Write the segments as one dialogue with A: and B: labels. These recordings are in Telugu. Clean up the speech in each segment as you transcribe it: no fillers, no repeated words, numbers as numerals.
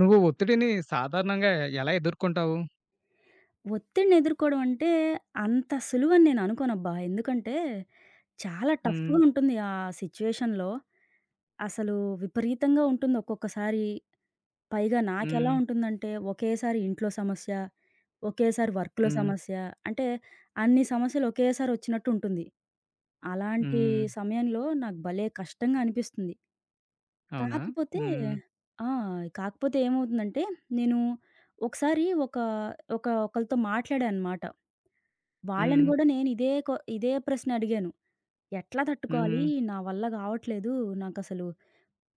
A: నువ్వు ఒత్తిడిని సాధారణంగా ఎలా ఎదుర్కొంటావు?
B: ఒత్తిడిని ఎదుర్కోవడం అంటే, అంత సులువని నేను అనుకోనబ్బా! ఎందుకంటే, చాలా
A: హ్మ్.
B: టఫ్‌గా ఉంటుంది ఆ సిట్యుయేషన్‌లో. అసలు విపరీతంగా ఉంటుంది ఒక్కొక్కసారి. పైగా నాకెలా
A: హ్మ్.
B: ఉంటుందంటే, ఒకేసారి ఇంట్లో సమస్య, ఒకేసారి వర్క్‌లో
A: హ్మ్.
B: సమస్య, అంటే అన్ని సమస్యలు ఒకేసారి వచ్చినట్టు ఉంటుంది. అలాంటి
A: హ్మ్.
B: సమయంలో నాకు భలే కష్టంగా అనిపిస్తుంది.
A: అవునా?
B: కాకపోతే
A: హ్మ్.
B: ఆ! కాకపోతే ఏమవుతుందంటే, నేను ఒకసారి ఒక ఒక ఒకళ్ళతో మాట్లాడా అనమాట. వాళ్ళని
A: హ్మ్.
B: గూడా నేను ఇదే ప్రశ్న అడిగాను. ఎట్లా తట్టుకోవాలి?
A: హ్మ్.
B: నా వల్ల గావట్లేదు. నాకసలు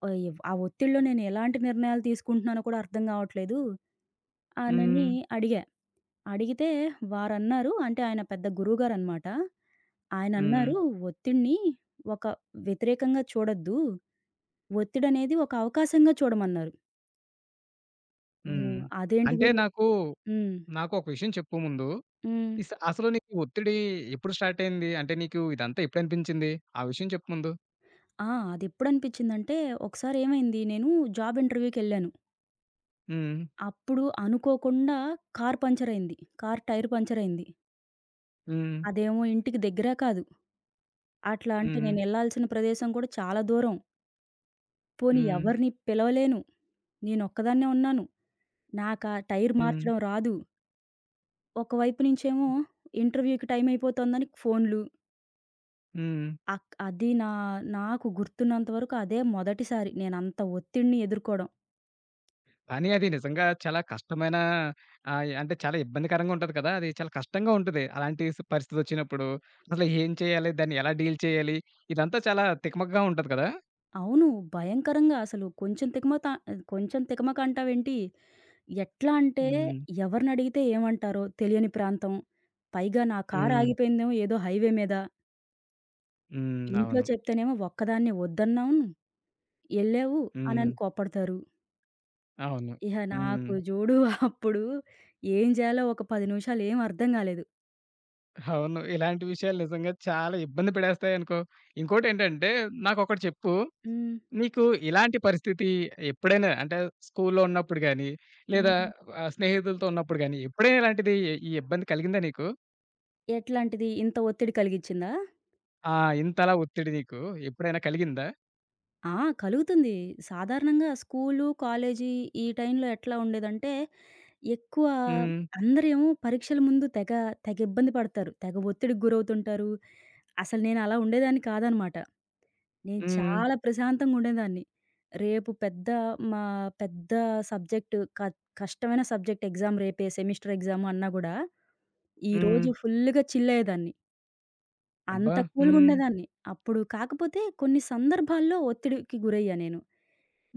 B: ఆహ్, ఎవ్ ఆ ఒత్తిడిలో నేను ఎలాంటి నిర్ణయాలు తీసుకుంటున్నానో కూడా అర్థం గావట్లేదు అనని
A: హ్మ్.
B: అడిగా. అడిగితే వారన్నారు అంటే ఆయన పెద్ద గురువుగారనమాట.
A: హ్మ్.
B: ఆయనన్నారు, "ఒత్తిడిని ఒక వ్యతిరేకంగా చూడొద్దు. ఒత్తిడనేది ఒక అవకాశంగా చూడమన్నారు." హ్మ్.
A: హ్మ్.
B: అదేంటి
A: అంటే
B: గురు
A: నాకు,
B: హ్మ్.
A: నాకు ఒక విషయం చెప్పు ముందు.
B: హ్మ్.
A: అసలు నీకు ఒత్తిడి ఎప్పుడు స్టార్ట్ అయింది? అంటే నీకు ఇదంతా ఎప్పుడు అనిపించింది? ఆ విషయం చెప్పు ముందు.
B: ఆ! అదెప్పుడనిపించిందంటే ఒకసారేమైంది నేను జాబ్ ఇంటర్వ్యూకెళ్ళాను.
A: హ్మ్.
B: అప్పుడు అనుకోకుండా కారు పంక్చరయింది. కారు టైర్ పంక్చరయింది.
A: హ్మ్.
B: అదేమో ఇంటికి దగ్గర కాదు. అట్లా
A: హ్మ్.
B: అంటే
A: హ్మ్.
B: నేనెళ్ళాల్సిన ప్రదేశం కూడా చాలా దూరం. పోనీ
A: హ్మ్.
B: ఎవరిని పిలవలేను. నేనొక్కదాన్నే ఉన్నాను. నాకా టైర్
A: హ్మ్.
B: మార్చడం రాదు. ఒకవైపు నుంచేమో ఇంటర్వ్యూకి టైమయిపోతోందని ఫోన్లు.
A: హ్మ్.
B: అక్ అది నా నాకు గుర్తున్నంత వరకు అదే మొదటిసారి నేనంత ఒత్తిడిని ఎదుర్కోవడం.
A: కానీ అది నిజంగా చాలా కష్టమైన అంటే చాలా ఇబ్బందికరంగా ఉంటది కదా! అది చాలా కష్టంగా ఉంటది. అలాంటి పరిస్థితొచ్చినప్పుడు. అసలు ఏం చేయాలి? దాన్ని ఎలా డీల్ చేయాలి? ఇదంతా చాలా తికమకగా ఉంటది కదా!
B: అవును. భయంకరంగా అసలు కొంచెం తికమక కొంచెం తికమక అంటావేంటి? ఎట్లా అంటే
A: హ్మ్.
B: ఎవరినడిగితే ఏమంటారో తెలియని ప్రాంతం. పైగా నా కారు
A: హ్మ్.
B: ఆగిపోయిందేమో ఏదో హైవే మీద.
A: హ్మ్.
B: ఇంట్లో
A: అవును.
B: చెప్తేనేమో ఒక్కదాన్నే వద్దన్నాను, ఎళ్ళావు
A: హ్మ్.
B: అనని కోప్పడతారు.
A: అవును.
B: ఇహ
A: హ్మ్.
B: నాకు జూడు అప్పుడు ఏం జేయాలో ఒక 10 నిమిషాలు ఏం అర్థం గాలేదు.
A: అవును, ఇలాంటి విషయాలు నిజంగా చాలా ఇబ్బంది పెడేస్తాయనుకో. ఇంకోటేంటంటే నాకొకటి చెప్పు.
B: హ్మ్.
A: నీకు ఇలాంటి పరిస్థితి ఎప్పుడైనా అంటే స్కూల్లో ఉన్నప్పుడు గాని, లేదా
B: హ్మ్.
A: స్నేహితులతో ఉన్నప్పుడు గాని ఎప్పుడైనా ఇలాంటిది ఈ ఇబ్బంది కలిగిందా నీకు?
B: ఎట్లాంటిది ఇంత ఒత్తిడి కలిగిచ్చిందా?
A: ఆ! ఇంతలా ఒత్తిడి నీకు ఎప్పుడైనా కలిగిందా?
B: ఆ! కలుగుతుంది. సాధారణంగా స్కూలు, కాలేజీ ఈ టైంలో ఎట్లా ఉండేదంటే, ఎక్కువ
A: హ్మ్.
B: అందరేమో పరీక్షల ముందు తెగ, తెగ ఇబ్బంది పడతారు. తెగ ఒత్తిడికి గురవుతుంటారు. అసలు నేను అలా ఉండేదాన్ని కాదనమాట. నేను
A: హ్మ్.
B: చాలా ప్రశాంతంగా ఉండేదాన్ని. రేపు పెద్ద మా పెద్ద సబ్జెక్టు క కష్టమైన సబ్జెక్ట్ ఎగ్జామ్ రేపే సెమిస్టర్ ఎగ్జామ్ అన్నా గూడా,
A: హ్మ్.
B: ఈరోజు ఫుల్లుగా చిల్ అయ్యేదాన్ని.
A: అబ్బా!
B: అంత కూల్‌గా
A: హ్మ్.
B: ఉండేదాన్ని. అప్పుడు కాకపోతే కొన్ని సందర్భాల్లో ఒత్తిడికి గురయ్యా నేను.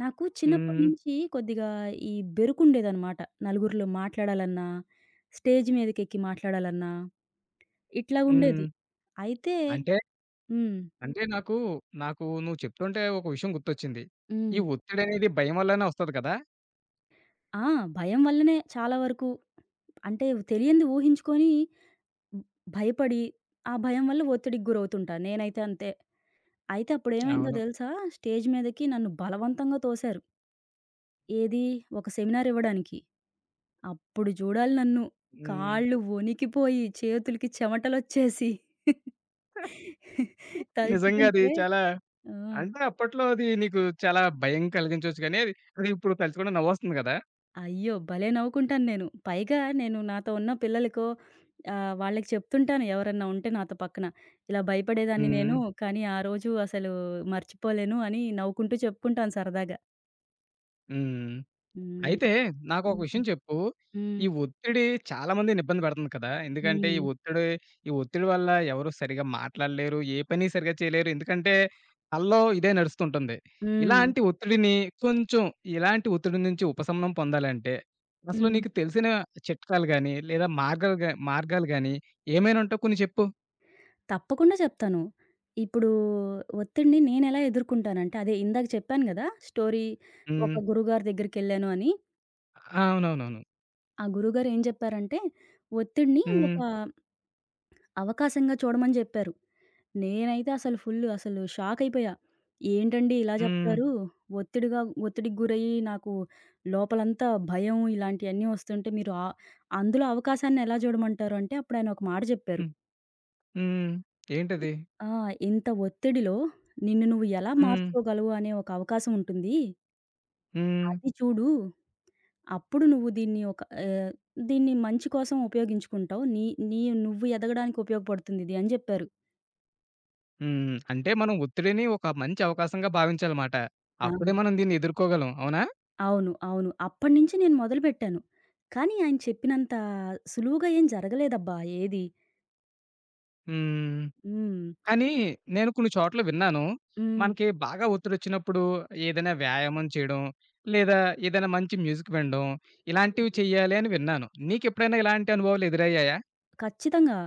B: నాకు చిన్నప్పటి
A: హ్మ్.
B: నుంచి కొద్దిగా ఈ బెరుకుండేదనమాట. నలుగురిలో మాట్లాడాలన్నా, స్టేజ్ మీదకెక్కి మాట్లాడాలన్నా ఇట్లా ఉండేది.
A: హ్మ్.
B: అయితే
A: అంటే,
B: హ్మ్.
A: అంటే నాకు, నాకు నువ్వు చెప్తుంటే ఒక విషయం గుర్తొచ్చింది. ఈ
B: హ్మ్.
A: ఒత్తిడనేది భయం వల్లనే వస్తది కదా!
B: ఆ! భయం వల్లనే చాలా వరకు అంటే తెలియంది ఊహించుకొని భయపడి, ఆ భయం వల్ల ఒత్తిడికి గురవుతుంటా. నేనైతే అంతే. అయితే అప్పుడేమైందో
A: అవును.
B: తెలుసా? స్టేజ్ మీదకి నన్ను బలవంతంగా తోశారు. ఏది? ఒక సెమినార్ ఇవ్వడానికి. అప్పుడు చూడాలి నన్ను.
A: హ్మ్.
B: కాళ్ళు వణికిపోయి, చేతులకి చెమటలొచ్చేసి
A: నిజంగా అది
B: తలుచుకుంటే
A: చాలా
B: ఆ!
A: అంటే అప్పట్లో అది నీకు చాలా భయం కలిగించొచ్చు గానీ, అది ఇప్పుడు తలుచుకుంటే నవ్వొస్తుంది కదా!
B: అయ్యో! భలే నవ్వుకుంటాను నేను. పైగా నేను నాతో ఉన్న పిల్లలకో వాళ్ళకి చెప్తుంటాను ఎవరన్నా ఉంటే నాతో పక్కన. ఇలా భయపడేదాన్ని
A: హ్మ్.
B: నేను, కానీ ఆ రోజు అసలు మర్చిపోలేను అని నవ్వుకుంటూ చెప్పుకుంటాను సరదాగా.
A: హ్మ్.
B: హ్మ్.
A: అయితే నాకొక
B: హ్మ్.
A: విషయం చెప్పు.
B: హ్మ్.
A: ఈ ఒత్తిడి చాలా మందిని ఇబ్బంది పెడుతుంది కదా! ఎందుకంటే ఈ
B: హ్మ్.
A: ఒత్తిడి ఈ ఒత్తిడి వల్ల ఎవరు సరిగ్గా మాట్లాడలేరు. ఏ పని సరిగ్గా చేయలేరు. ఎందుకంటే కల్లో ఇదే నడుస్తుంటుంది.
B: హ్మ్.
A: ఇలాంటి ఒత్తిడిని కొంచెం ఇలాంటి ఒత్తిడి నుంచి ఉపశమనం పొందాలంటే అసలు
B: హ్మ్.
A: నీకు తెలిసిన చిట్కాలు గాని, లేదా మార్గాలు గాని ఏమైనా ఉంటే కొన్ని చెప్పు?
B: తప్పకుండా చెప్తాను. ఇప్పుడు ఒత్తిడిని నేనెలా ఎదుర్కుంటానంటే, అదే ఇందాక చెప్పాను గదా! స్టోరీ ఒక
A: హ్మ్.
B: గురువుగారి దగ్గరికెళ్ళాను అని.
A: అవునవునవును.
B: ఆ గురువుగారు ఏం జెప్పారంటే, ఒత్తిడిని
A: హ్మ్.
B: ఒక అవకాశంగా చూడమని జెప్పారు. నేనైతే అసలు ఫుల్లు అసలు షాకయిపోయా. ఏంటండి ఇలా
A: హ్మ్.
B: జెప్తారు? ఒత్తిడిగా ఒత్తిడికి గురయ్యి నాకు లోపలంతా భయం ఇలాంటియన్నీ వస్తుంటే మీరు అందులో అవకాశాన్ని ఎలా జూడమంటారు అంటే అప్పుడాయన ఒక మాట జెప్పారు.
A: హ్మ్. హ్మ్.
B: ఇ
A: ఏంటది?
B: ఆ! ఇంత ఒత్తిడిలో నిన్ను నువ్వు ఎలా
A: హ్మ్.
B: మార్చుకోగలవు అనే ఒక అవకాశం ఉంటుంది.
A: హ్మ్.
B: అది చూడు. అప్పుడు నువ్వు దీన్ని దీన్ని మంచి కోసం ఉపయోగించుకుంటావు. నీ నీ నువ్వు ఎదగడానికి ఉపయోగపడుతుంది ఇది అని జెప్పారు.
A: హ్మ్. అంటే మనం ఒత్తిడిని ఒక మంచి అవకాశంగా భావించాలమాట.
B: ఆ!
A: అప్పుడే మనం దీన్ని ఎదుర్కోగలం. అవునా?
B: అవును. అవును. అప్పటినుంచి నేను మొదలుపెట్టాను. కానీ ఆయన చెప్పినంత సులువుగా ఏం జరగలేదబ్బా! ఏది.
A: హ్మ్.
B: హ్మ్.
A: కానీ నేను కొన్ని చోట్ల విన్నాను.
B: హ్మ్.
A: మనకి బాగా ఒత్తిడొచ్చినప్పుడు ఏదైనా వ్యాయామం చేయడం, లేదా ఏదైనా మంచి మ్యూజిక్ వినడం, ఇలాంటివి చెయ్యాలి అని విన్నాను. నీకెప్పుడైనా ఇలాంటి అనుభవాలు ఎదురయ్యాయా?
B: ఖచ్చితంగా.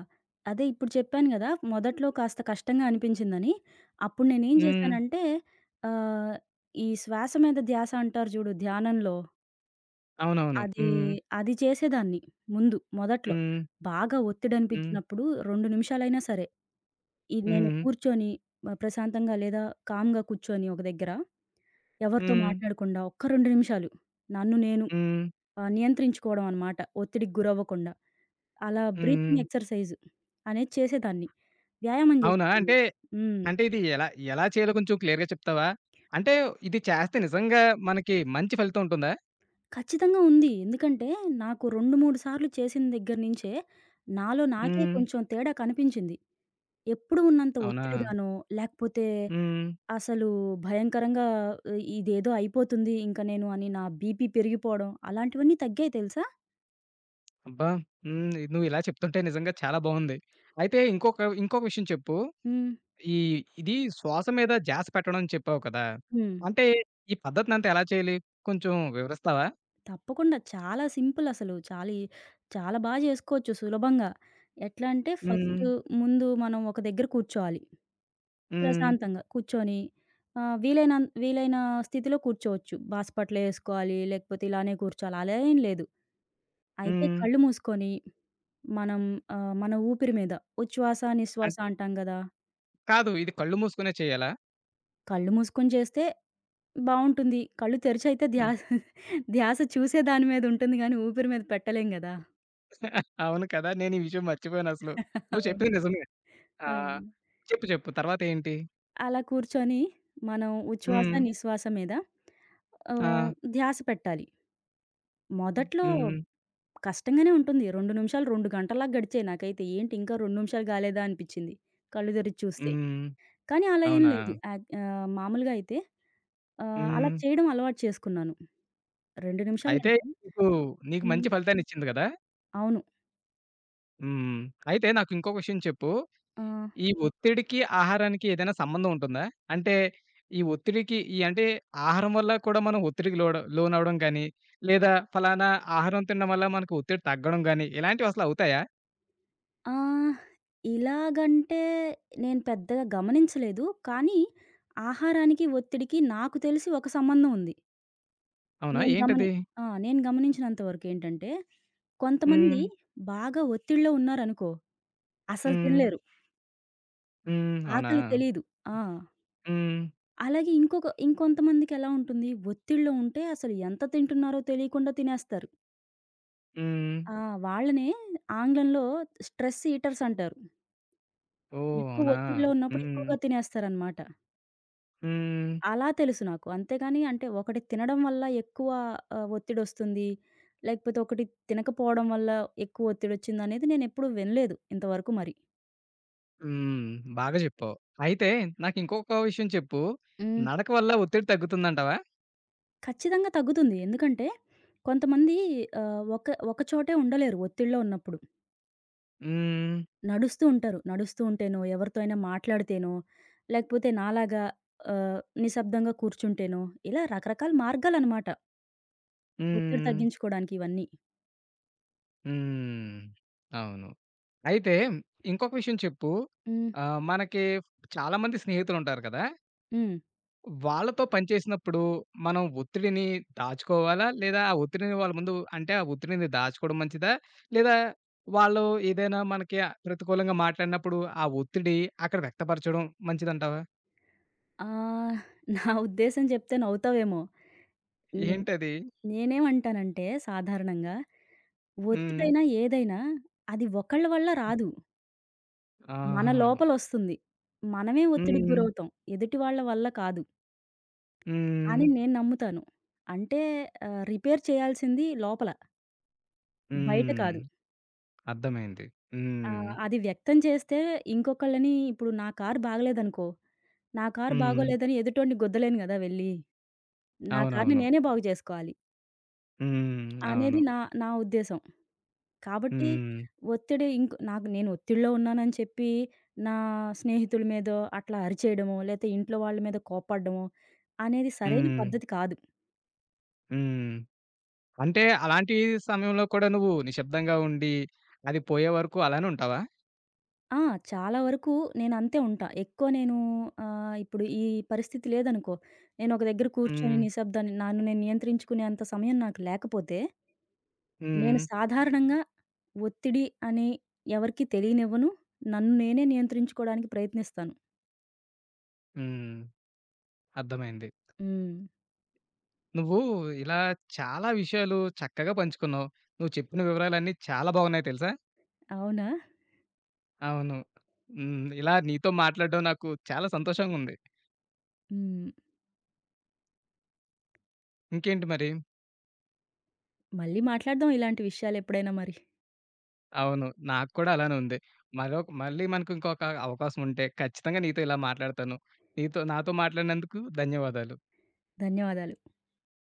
B: అదే ఇప్పుడు చెప్పాను గదా! మొదట్లో కాస్త కష్టంగా అనిపించిందని. అప్పుడు నేనేం
A: హ్మ్.
B: జేశానంటే ఆహ్, ఈ శ్వాస మీద ధ్యాస అంటారు జూడు ధ్యానంలో
A: అవునవును.
B: అది,
A: హ్మ్.
B: అది చేసేదాన్ని ముందు మొదట్లో.
A: హ్మ్.
B: బాగా
A: హ్మ్.
B: ఒత్తిడనిపించినప్పుడు 2 నిమిషాలైనా సరే, ఇది నేను
A: హ్మ్.
B: కూర్చొని ప్రశాంతంగా లేదా కామ్‌గా కూర్చొని ఒక దగ్గర, ఎవరితో
A: హ్మ్.
B: మాట్లాడకుండా ఒక్క 2 నిమిషాలు నన్ను నేను
A: హ్మ్.
B: నియంత్రించుకోవడం అనమాట. ఒత్తిడికి గురవ్వకుండా. అలా బ్రీతింగ్
A: హ్మ్.
B: ఎక్సర్‌సైజ్ అనేది చేసేదాన్ని. వ్యాయామం
A: అవునా?
B: చేసేదాన్ని.
A: అంటే
B: హ్మ్.
A: అంటే ఇది ఎలా ఎలా చేయాలో కొంచెం క్లియర్‌గా చెప్తావా? అంటే ఇది చేస్తే నిజంగా మనకి మంచి ఫలితం ఉంటుందా?
B: ఖచ్చితంగా ఉంది. ఎందుకంటే నాకు 2, 3 సార్లు చేసిన దగ్గర నుంచే నాలో నాకే
A: హ్మ్.
B: కొంచెం తేడా కనిపించింది. ఎప్పుడు ఉన్నంత
A: అవునా?
B: ఒత్తిడిగానో, లేకపోతే
A: హ్మ్.
B: అసలు భయంకరంగా ఇదేదో అయిపోతుంది ఇంక నేను అని నా బీపీ పెరిగిపోవడం అలాంటివన్నీ తగ్గాయి తెలుసా?
A: అబ్బా! హ్మ్. నువ్వు ఇలా చెప్తుంటే నిజంగా చాలా బావుంది. అయితే ఇంకొక ఇంకొక విషయం చెప్పు.
B: హ్మ్.
A: ఈ ఇది శ్వాస మీద ధ్యాస పెట్టడం అని చెప్పావు కదా!
B: హ్మ్.
A: అంటే ఈ పద్ధతినంతా ఎలా చేయాలి? కొంచెం వివరిస్తావా?
B: తప్పకుండా. చాలా సింపుల్ అసలు. చాలా బా చేసుకోవచ్చు సులభంగా. ఎట్లా అంటే ఫస్ట్
A: హ్మ్.
B: ముందు మనం ఒక దగ్గర కూర్చోవాలి.
A: హ్మ్.
B: ప్రశాంతంగా కూర్చొని వీలైన స్థితిలో కూర్చోవచ్చు. బాస్పట్లేసుకోవాలి లేకపోతే ఇలానే కూర్చోవాలి అలా ఏం లేదు. అయితే
A: హ్మ్.
B: కళ్ళు మూసుకొని మనం మన ఊపిరి మీద ఉచ్ఛ్వాస, నిశ్వాస
A: అంట్
B: అంటాం గదా!
A: కాదు, ఇది కళ్ళు మూసుకునే చేయాలా?
B: కళ్ళు మూసుకొని చేస్తే బావుంటుంది. కళ్ళు తెరిచయితే
A: హ్మ్.
B: ధ్యాస ధ్యాస చూసే దాని మీద ఉంటుంది గానీ, ఊపిరి మీద పెట్టలేం గదా!
A: అవును కదా! నేను ఈ విషయం మర్చిపోయానసలు. నువ్వు
B: అవును.
A: చెప్పింది నిజమే. ఆ!
B: ఆ!
A: చెప్పు చెప్పు, తర్వాతేంటి?
B: అలా కూర్చొని మనం
A: హ్మ్.
B: ఉచ్ఛ్వాస,
A: హ్మ్.
B: నిశ్వాస మీద ఆహ్,
A: ఆ!
B: ధ్యాస పెట్టాలి. మొదట్లో
A: హ్మ్.
B: కష్టంగానే ఉంటుంది. 2 నిమిషాలు 2 గంటల్లాగా గడిచాయి నాకైతే. ఏంటి ఇంకా 2 నిమిషాలు కాలేదా అనిపిచ్చింది. కళ్ళు తెరిచి చూస్తే.
A: హ్మ్.
B: కానీ అలా ఏం
A: అవునా?
B: లేదు. మామూలుగా అయితే అలా
A: హ్మ్.
B: చేయడం అలవాటు చేసుకున్నాను. 2
A: అయితే
B: నిమిషాలంటే
A: నీకు, నీకు
B: హ్మ్.
A: మంచి ఫలితాన్నిచ్చింది గదా!
B: అవును.
A: హ్మ్. అయితే నాకు ఇంకొక విషయం చెప్పు.
B: ఆహ్,
A: ఈ ఒత్తిడికి, ఆహారానికి ఏదైనా సంబంధం ఉంటుందా? అంటే ఈ ఒత్తిడికి ఈ అంటే ఆహారం వల్ల కూడా మనం ఒత్తిడికి లోనవ్వడం గాని, లేదా ఫలానా ఆహారం తినడం వల్ల మనకు ఒత్తిడి తగ్గడం గాని, ఇలాంటివి అసలు అవుతాయా?
B: ఆహ్, ఇలాగంటే నేను పెద్దగా గమనించలేదు. కానీ ఆహారానికి, ఒత్తిడికి నాకు తెలిసి ఒక సంబంధం ఉంది.
A: అవునా?
B: నేను గమని
A: ఏంటది?
B: ఆ! నేను గమనించినంత వరకేంటంటే, కొంతమంది
A: హ్మ్.
B: బాగా ఒత్తిడిలో ఉన్నారనుకో, అసలు
A: హ్మ్.
B: తినలేరు.
A: హ్మ్. అవునా?
B: ఆకలి తెలీదు. ఆ!
A: హ్మ్.
B: అలాగే ఇంకొంతమందికెలా ఉంటుంది, ఒత్తిడిలో ఉంటే అసలు ఎంత తింటున్నారో తెలియకుండా తినేస్తారు.
A: హ్మ్.
B: ఆ! వాళ్ళనే ఆంగ్లంలో స్ట్రెస్ ఈటర్స్ అంటారు.
A: ఓహ్!
B: ఎక్కువ
A: అవునా?
B: ఒత్తిడిలో ఉన్నప్పుడు
A: హ్మ్.
B: ఎక్కువగా తినేస్తారనమాట.
A: హ్మ్.
B: అలా తెలుసు నాకు. అంతేగాని అంటే ఒకటి తినడం వల్ల ఎక్కువ ఒత్తిడొస్తుంది. లేకపోతే ఒకటి తినకపోవడం వల్ల ఎక్కువ ఒత్తిడొచ్చిందనేది నేనెప్పుడు వినలేదు ఇంతవరకు మరి.
A: హ్మ్. బాగా జెప్పావు. అయితే నాకింకొక విషయం చెప్పు.
B: హ్మ్.
A: నడక వల్ల ఒత్తిడి తగ్గుతుందంటావా?
B: ఖచ్చితంగా తగ్గుతుంది. ఎందుకంటే కొంతమంది ఒక ఒక చోటే ఉండలేరు ఒత్తిడిలో ఉన్నప్పుడు.
A: హ్మ్.
B: నడుస్తూ ఉంటారు. నడుస్తూ ఉంటేనో, ఎవరితో అయినా మాట్లాడితేనో, లేకపోతే నాలాగా నిశ్శబ్దంగా కూర్చుంటేనో, ఇలా రకరకాల మార్గాలనమాట. ఒత్తిడి
A: హ్మ్.
B: తగ్గించుకోవడానికి ఇవన్నీ.
A: హ్మ్. అవును. అయితే ఇంకొక విషయం చెప్పు.
B: హ్మ్.
A: మనకి చాలా మంది స్నేహితులుంటారు కదా!
B: హ్మ్.
A: వాళ్ళతో పని చేసినప్పుడు మనం ఒత్తిడిని దాచుకోవాలా? లేదా ఆ ఒత్తిడిని వాళ్ళ ముందు అంటే ఆ ఒత్తిడిని దాచుకోవడం మంచిదా? లేదా వాళ్ళు ఏదైనా మనకి ప్రతికూలంగా మాట్లాడినప్పుడు ఆ ఒత్తిడి అక్కడ వ్యక్తపరచడం మంచిదంటావా?
B: ఆహ్, నా ఉద్దేశం చెప్తే నవ్వుతావేమో! నే
A: ఏంటది?
B: నేనేమంటానంటే సాధారణంగా
A: హ్మ్.
B: ఒత్తిడైనా, ఏదైనా అది ఒకళ్ళ వల్ల రాదు. మన
A: ఆహాహా!
B: లోపలొస్తుంది. మనమే ఒత్తిడికి
A: హ్మ్.
B: గురవుతాం. ఎదుటి వాళ్ళ వల్ల కాదు
A: హ్మ్.
B: అని నేను నమ్ముతాను. అంటే రిపేర్ చేయాల్సింది లోపల. బయట
A: హ్మ్.
B: కాదు.
A: అర్థమైంది. హ్మ్.
B: అది వ్యక్తం చేస్తే ఇంకొకళ్ళని ఇప్పుడు నా కారు బాగలేదనుకో, నా కారు
A: హ్మ్.
B: బాగోలేదని ఎదుటోడిని గుద్దలేను గదా! వెళ్లి. నా కార్‌ని
A: అవునవును.
B: నేనే బాగు జేసుకోవాలి
A: హ్మ్.
B: అనేది
A: అవును.
B: నా నా ఉద్దేశం. కాబట్టి
A: హ్మ్.
B: ఒత్తిడి నాకు నేను ఒత్తిడిలో ఉన్నానని చెప్పి నా స్నేహితుల మీదో అట్లా అరిచేయడమో, లేతే ఇంట్లో వాళ్ళ మీద కోప్పడడమో అనేది సరైన
A: హ్మ్.
B: పద్ధతి కాదు.
A: హ్మ్. అంటే అలాంటి సమయంలో కూడా నువ్వు నిశ్శబ్దంగా ఉండి, అది పోయే వరకు అలానే ఉంటావా?
B: ఆ! చాలా వరకు నేనంతే ఉంటా. ఎక్కువ నేను ఇప్పుడు ఈ పరిస్థితి లేదనుకో, నేనొక దగ్గర కూర్చొని
A: హ్మ్.
B: నిశ్శబ్దాన్ని నన్ను నేను నియంత్రించుకునేంత సమయం నాకు లేకపోతే, నేను
A: హ్మ్.
B: సాధారణంగా ఒత్తిడి అని ఎవరికీ తెలియనివ్వను. నన్ను నేనే నియంత్రించుకోవడానికి ప్రయత్నిస్తాను.
A: హ్మ్. అర్థమైంది.
B: హ్మ్.
A: నువ్వు ఇలా చాలా విషయాలు చక్కగా పంచుకున్నావు. నువ్వు చెప్పిన వివరాలన్నీ చాలా బాగున్నాయి తెలుసా?
B: అవునా?
A: అవును. హ్మ్. ఇలా నీతో మాట్లాడడం నాకు చాలా సంతోషంగా ఉంది.
B: హ్మ్.
A: ఇంకేంటి మరి?
B: మళ్ళీ మాట్లాడదాం ఇలాంటి విషయాలెప్పుడైనా మరి.
A: అవును. నాకు కూడా అలానే ఉంది. మళ్ళీ మనకు ఇంకొక అవకాశం ఉంటే ఖచ్చితంగా నీతో ఇలా మాట్లాడతాను. నీతో నాతో మాట్లాడినందుకు ధన్యవాదాలు.
B: ధన్యవాదాలు.